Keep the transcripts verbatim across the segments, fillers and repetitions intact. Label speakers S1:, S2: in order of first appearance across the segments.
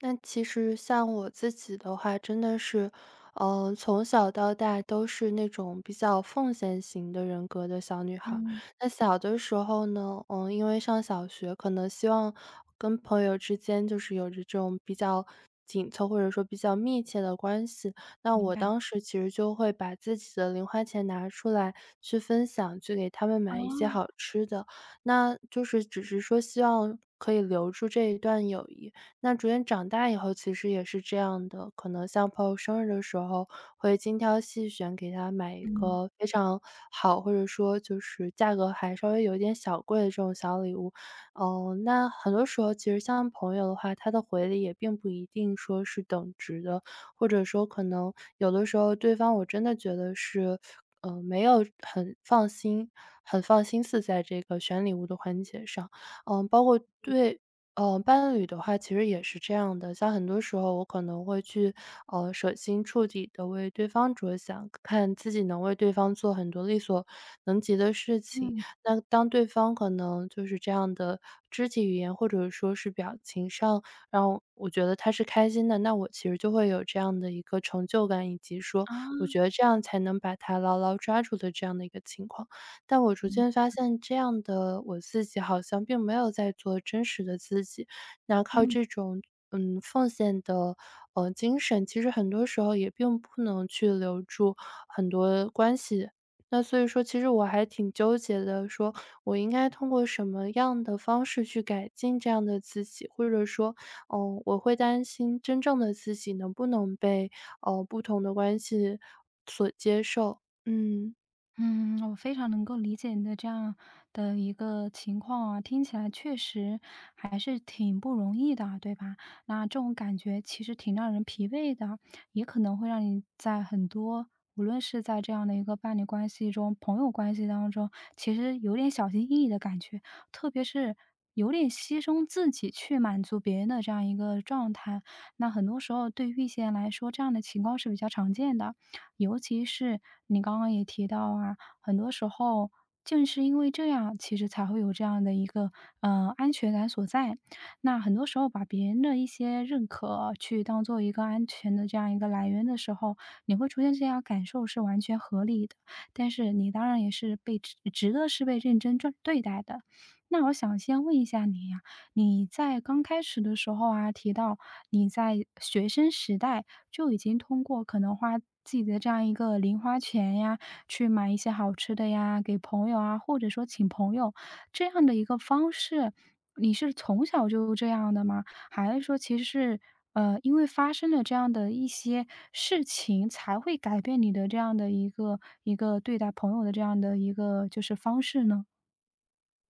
S1: 那其实像我自己的话，真的是，嗯，从小到大都是那种比较奉献型的人格的小女孩儿。
S2: 嗯，
S1: 那小的时候呢，嗯，因为上小学，可能希望跟朋友之间就是有着这种比较紧凑或者说比较密切的关系。那
S2: 明
S1: 我
S2: 白，
S1: 当时其实就会把自己的零花钱拿出来去分享，去给他们买一些好
S2: 哦，
S1: 吃的，那就是只是说希望可以留住这一段友谊。那逐渐长大以后其实也是这样的，可能像朋友生日的时候，会精挑细选给他买一
S2: 嗯，
S1: 个非常好，或者说就是价格还稍微有一点小贵的这种小礼物。哦，那很多时候其实像朋友的话，他的回礼也并不一定说是等值的，或者说可能有的时候对方我真的觉得是。呃，没有很放心，很放心思在这个选礼物的环节上，嗯，包括对呃，伴侣的话其实也是这样的，像很多时候我可能会去，呃，舍心处底的为对方着想，看自己能为对方做很多力所能及的事情。
S2: 嗯，
S1: 那当对方可能就是这样的肢体语言，或者说是表情上，让我觉得他是开心的，那我其实就会有这样的一个成就感，以及说
S2: 啊，
S1: 我觉得
S2: 哦，
S1: 这样才能把他牢牢抓住的这样的一个情况。但我逐
S2: 明
S1: 渐
S2: 白
S1: 发现这样的我自己好像并没有在做真实的自己，那靠
S2: 嗯。
S1: 这种，嗯，奉献的，呃，精神，其实很多时候也并不能去留住很多关系。那所以说其实我还挺纠结的，说我应该通过什么样的方式去改进这样的自己，或者说，嗯，我会担心真正的自己能不能被，呃，不同的关系所接受，嗯。
S2: 嗯，我非常能够理解你的这样的一个情况啊，听起来确实还是挺不容易的啊，对吧？那这种感觉其实挺让人疲惫的，也可能会让你在很多，无论是在这样的一个伴侣关系中、朋友关系当中，其实有点小心翼翼的感觉，特别是有点牺牲自己去满足别人的这样一个状态。那很多时候对于一些人来说，这样的情况是比较常见的。尤其是你刚刚也提到啊，很多时候正是因为这样，其实才会有这样的一个呃安全感所在。那很多时候把别人的一些认可去当做一个安全的这样一个来源的时候，你会出现这样感受是完全合理的。但是你当然也是被值值得是被认真对对待的。那我想先问一下你呀、你在刚开始的时候啊，提到你在学生时代就已经通过可能花自己的这样一个零花钱呀，去买一些好吃的呀，给朋友啊，或者说请朋友这样的一个方式，你是从小就这样的吗？还是说其实是，呃，因为发生了这样的一些事情，才会改变你的这样的一个一个对待朋友的这样的一个就是方式呢？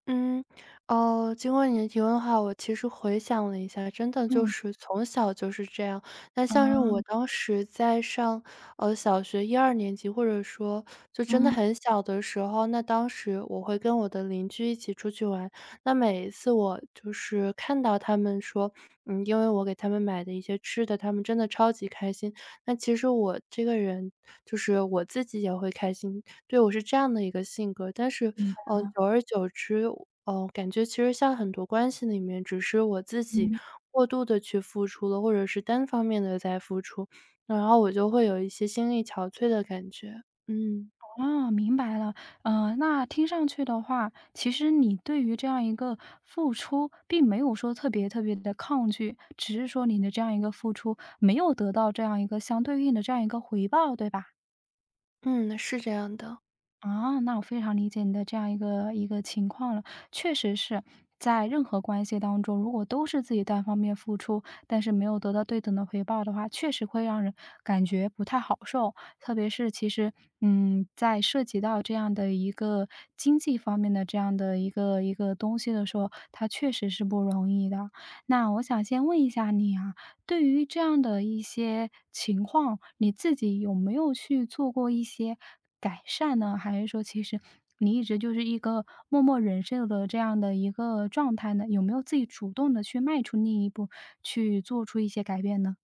S1: 嗯，哦，经过你的提问的话，我其实回想了一下，真的就
S2: 嗯，
S1: 是从小就是这样。那像是我
S2: 啊，
S1: 当时在上，呃，小学一二年级，或者说就真的
S2: 嗯
S1: 很小的时候，那当时我会跟我的邻居一起出去玩。那每一次我就是看到他们说，嗯，因为我给他们买的一些吃的，他们真的超级开心。那其实我这个人就是我自己也会开心，对，我是这样的一个性格，但是，嗯，久而久之，嗯，感觉其实像很多关系里面，只是我自己
S2: 嗯。
S1: 过度的去付出了，或者是单方面的在付出，然后我就会有一些心力憔悴的感觉。嗯，
S2: 哦，明白了。嗯，那听上去的话，其实你对于这样一个付出，并没有说特别特别的抗拒，只是说你的这样一个付出，没有得到这样一个相对应的这样一个回报，对吧？
S1: 嗯，是这样的。
S2: 啊，那我非常理解你的这样一个一个情况了。确实是在任何关系当中，如果都是自己单方面付出，但是没有得到对等的回报的话，确实会让人感觉不太好受。特别是其实，嗯，在涉及到这样的一个经济方面的这样的一个一个东西的时候，它确实是不容易的。那我想先问一下你啊，对于这样的一些情况，你自己有没有去做过一些改善呢？还是说其实你一直就是一个默默忍受的这样的一个状态呢？有没有自己主动的去迈出那一步，去做出一些改变呢？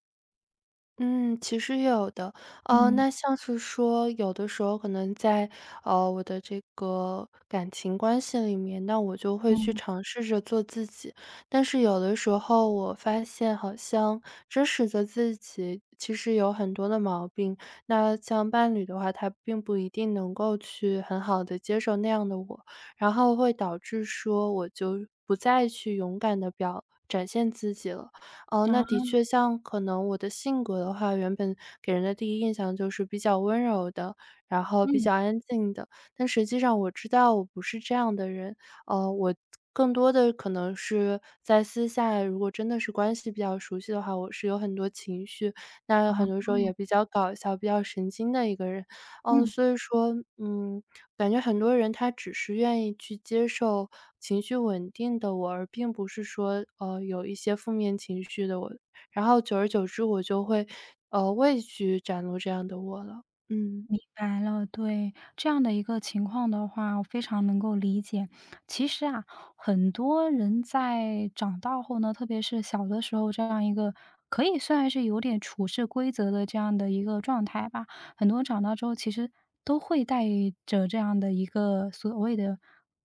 S1: 嗯，其实也有的。呃，
S2: 嗯，
S1: 那像是说，有的时候可能在呃我的这个感情关系里面，那我就会去
S2: 嗯。
S1: 尝试着做自己。但是有的时候我发现，好像真实的自己其实有很多的毛病。那像伴侣的话，他并不一定能够去很好的接受那样的我，然后会导致说我就不再去勇敢的表展现自己了。哦，那
S2: 啊，
S1: 的确像可能我的性格的话，原本给人的第一印象就是比较温柔的，然后比
S2: 嗯，
S1: 较安静的，但实际上我知道我不是这样的人。呃，我更多的可能是在私下，如果真的是关系比较熟悉的话，我是有很多情绪，那
S2: 啊，
S1: 很多时候也比较搞笑、比较神经的一个人。嗯，
S2: 嗯。
S1: 所以说，嗯，感觉很多人他只是愿意去接受情绪稳定的我，而并不是说，呃，有一些负面情绪的我。然后久而久之，我就会，呃，畏惧展露这样的我了。嗯。
S2: 明白了，对，这样的一个情况的话，我非常能够理解。其实啊，很多人在长大后呢，特别是小的时候，这样一个可以算是有点处事规则的这样的一个状态吧。很多人长大之后，其实都会带着这样的一个所谓的，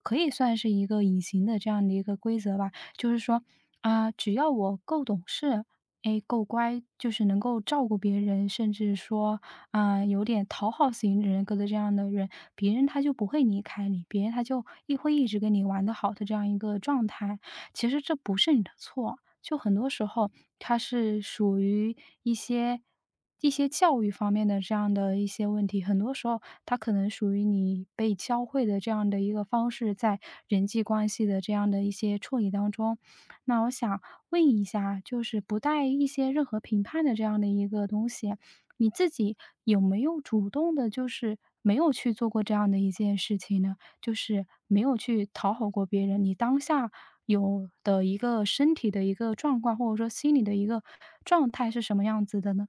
S2: 可以算是一个隐形的这样的一个规则吧。就是说，啊、只要我够懂事，诶，够乖，就是能够照顾别人，甚至说啊，有点讨好型人格的这样的人，别人他就不会离开你，别人他就一会一直跟你玩得好的这样一个状态。其实这不是你的错，就很多时候他是属于一些一些教育方面的这样的一些问题，很多时候他可能属于你被教会的这样的一个方式，在人际关系的这样的一些处理当中。那我想问一下，就是不带一些任何评判的这样的一个东西，你自己有没有主动的，就是没有去做过这样的一件事情呢？就是没有去讨好过别人，你当下有的一个身体的一个状况，或者说心理的一个状态是什么样子的呢？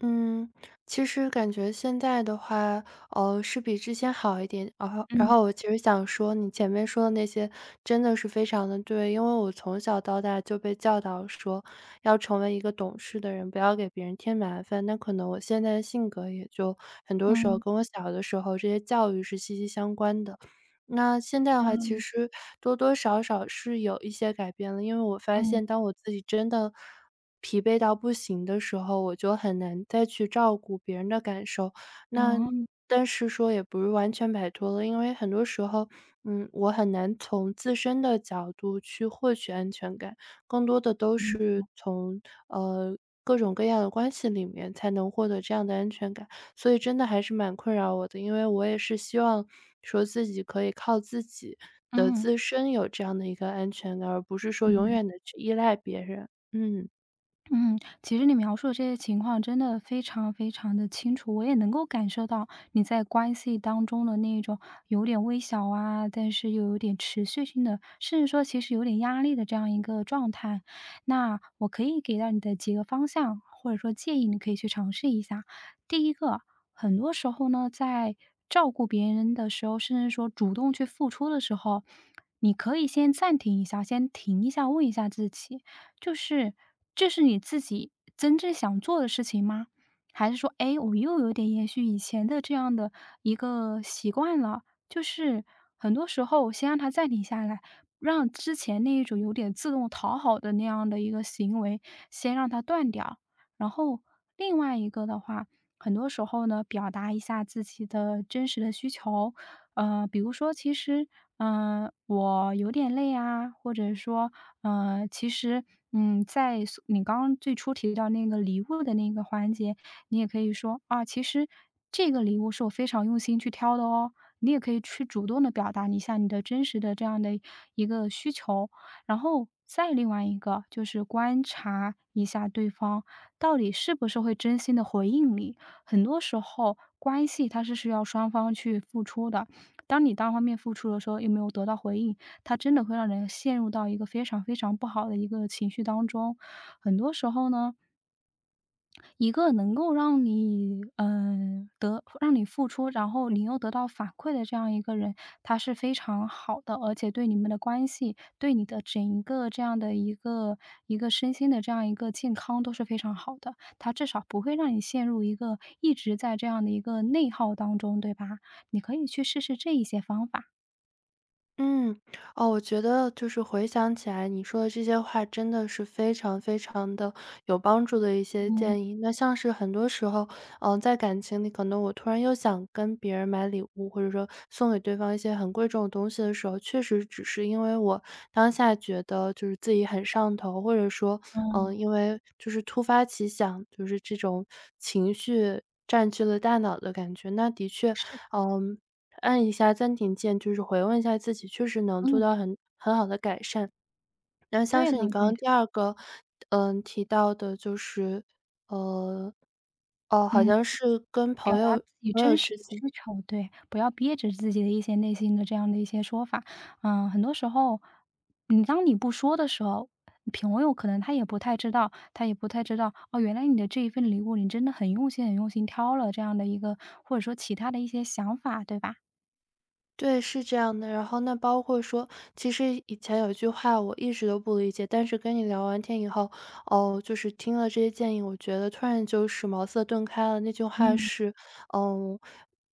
S1: 嗯，其实感觉现在的话，呃，是比之前好一点。然后，然
S2: 嗯，
S1: 后我其实想说，你前面说的那些真的是非常的对，因为我从小到大就被教导说要成为一个懂事的人，不要给别人添麻烦。那可能我现在的性格也就很多时候
S2: 嗯，
S1: 跟我小的时候这些教育是息息相关的。那现在的话，其
S2: 嗯。
S1: 实多多少少是有一些改变了，因为我发
S2: 嗯，
S1: 现当我自己真的疲惫到不行的时候，我就很难再去照顾别人的感受。那
S2: 嗯
S1: 但是说也不是完全摆脱了，因为很多时候，嗯，我很难从自身的角度去获取安全感，更多的都是从呃各种各样的关系里面才能获得这样的安全感。所以真的还是蛮困扰我的。因为我也是希望说自己可以靠自己的
S2: 嗯。
S1: 自身有这样的一个安全感，而不是说永
S2: 明
S1: 远的去依赖别人。嗯。
S2: 嗯，其实你描述的这些情况真的非常非常的清楚，我也能够感受到你在关系当中的那种有点微小啊，但是又有点持续性的，甚至说其实有点压力的这样一个状态。那我可以给到你的几个方向，或者说建议，你可以去尝试一下。第一个，很多时候呢，在照顾别人的时候，甚至说主动去付出的时候，你可以先暂停一下，先停一下，问一下自己。就是这是你自己真正想做的事情吗？还是说，哎，我又有点延续以前的这样的一个习惯了？就是很多时候先让它暂停下来，让之前那一种有点自动讨好的那样的一个行为，先让它断掉。然后另外一个的话，很多时候呢，表达一下自己的真实的需求，呃，比如说其实，嗯、我有点累啊，或者说，呃，其实，嗯，在所你刚刚最初提到那个礼物的那个环节，你也可以说啊，其实这个礼物是我非常用心去挑的哦。你也可以去主动的表达一下你的真实的这样的一个需求，然后再另外一个就是观察一下对方到底是不是会真心的回应你。很多时候，关系它是需要双方去付出的，当你单方面付出的时候，又没有得到回应，它真的会让人陷入到一个非常非常不好的一个情绪当中。很多时候呢，一个能够让你，嗯，得让你付出，然后你又得到反馈的这样一个人，他是非常好的，而且对你们的关系，对你的整一个这样的一个一个身心的这样一个健康都是非常好的。他至少不会让你陷入一个一直在这样的一个内耗当中，对吧？你可以去试试这一些方法。
S1: 嗯，哦，我觉得就是回想起来，你说的这些话真的是非常非常的有帮助的一些
S2: 嗯，
S1: 建议。那像是很多时候，嗯、在感情里，可能我突然又想跟别人买礼物，或者说送给对方一些很贵重的东西的时候，确实只是因为我当下觉得就是自己很上头，或者说，
S2: 嗯，
S1: 嗯、因为就是突发奇想，就是这种情绪占据了大脑的感觉。那的确，嗯。按一下暂停键，就是回问一下自己，确实能做
S2: 嗯，
S1: 到很很好的改善。然后像
S2: 对
S1: 是
S2: 的
S1: 你刚
S2: 对的，
S1: 刚第二个，嗯，提到的就是，呃，哦，好
S2: 嗯，
S1: 像是跟
S2: 表
S1: 朋
S2: 达
S1: 友
S2: 自己
S1: 朋友
S2: 真实
S1: 之
S2: 的
S1: 间
S2: 需求，对，不要憋着自己的一些内心的这样的一些说法。嗯，很多时候，你当你不说的时候，朋友可能他也不太知道，他也不太知道，哦，原来你的这一份礼物，你真的很用心很用心挑了这样的一个或者说其他的一些想法，对吧？
S1: 对，是这样的。然后那包括说，其实以前有一句话我一直都不理解，但是跟你聊完天以后，哦，就是听了这些建议，我觉得突然就是茅塞顿开了。那句话
S2: 嗯，
S1: 是，嗯，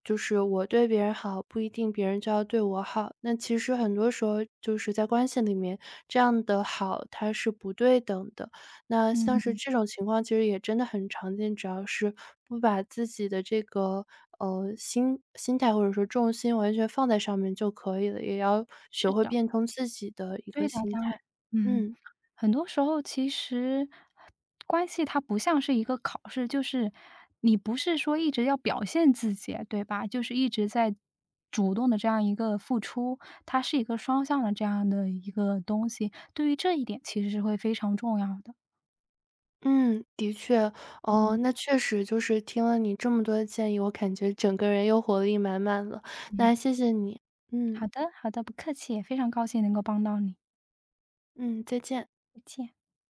S1: 就是我对别人好，不一定别人就要对我好。那其实很多时候就是在关系里面，这样的好它是不对等的。那像是
S2: 嗯，
S1: 这种情况其实也真的很常见，只要是不把自己的这个，呃，心心态或者说重心完全放在上面就可以了，也要学
S2: 是
S1: 会
S2: 的。
S1: 变通自己的一
S2: 对
S1: 个
S2: 的，
S1: 心
S2: 当
S1: 态。
S2: 然，嗯，
S1: 嗯，
S2: 很多时候其实关系它不像是一个考试，就是你不是说一直要表现自己，对吧？就是一直在主动的这样一个付出，它是一个双向的这样的一个东西。对于这一点，其实是会非常重要的。
S1: 嗯，的确，哦，
S2: 嗯
S1: 那确实就是听了你这么多的建议，我感觉整个人又活力满满了，
S2: 嗯，
S1: 那谢谢你。
S2: 好
S1: 嗯，
S2: 的好的，不客气，也非常高兴能够帮到你，
S1: 嗯，再见。
S2: 再见。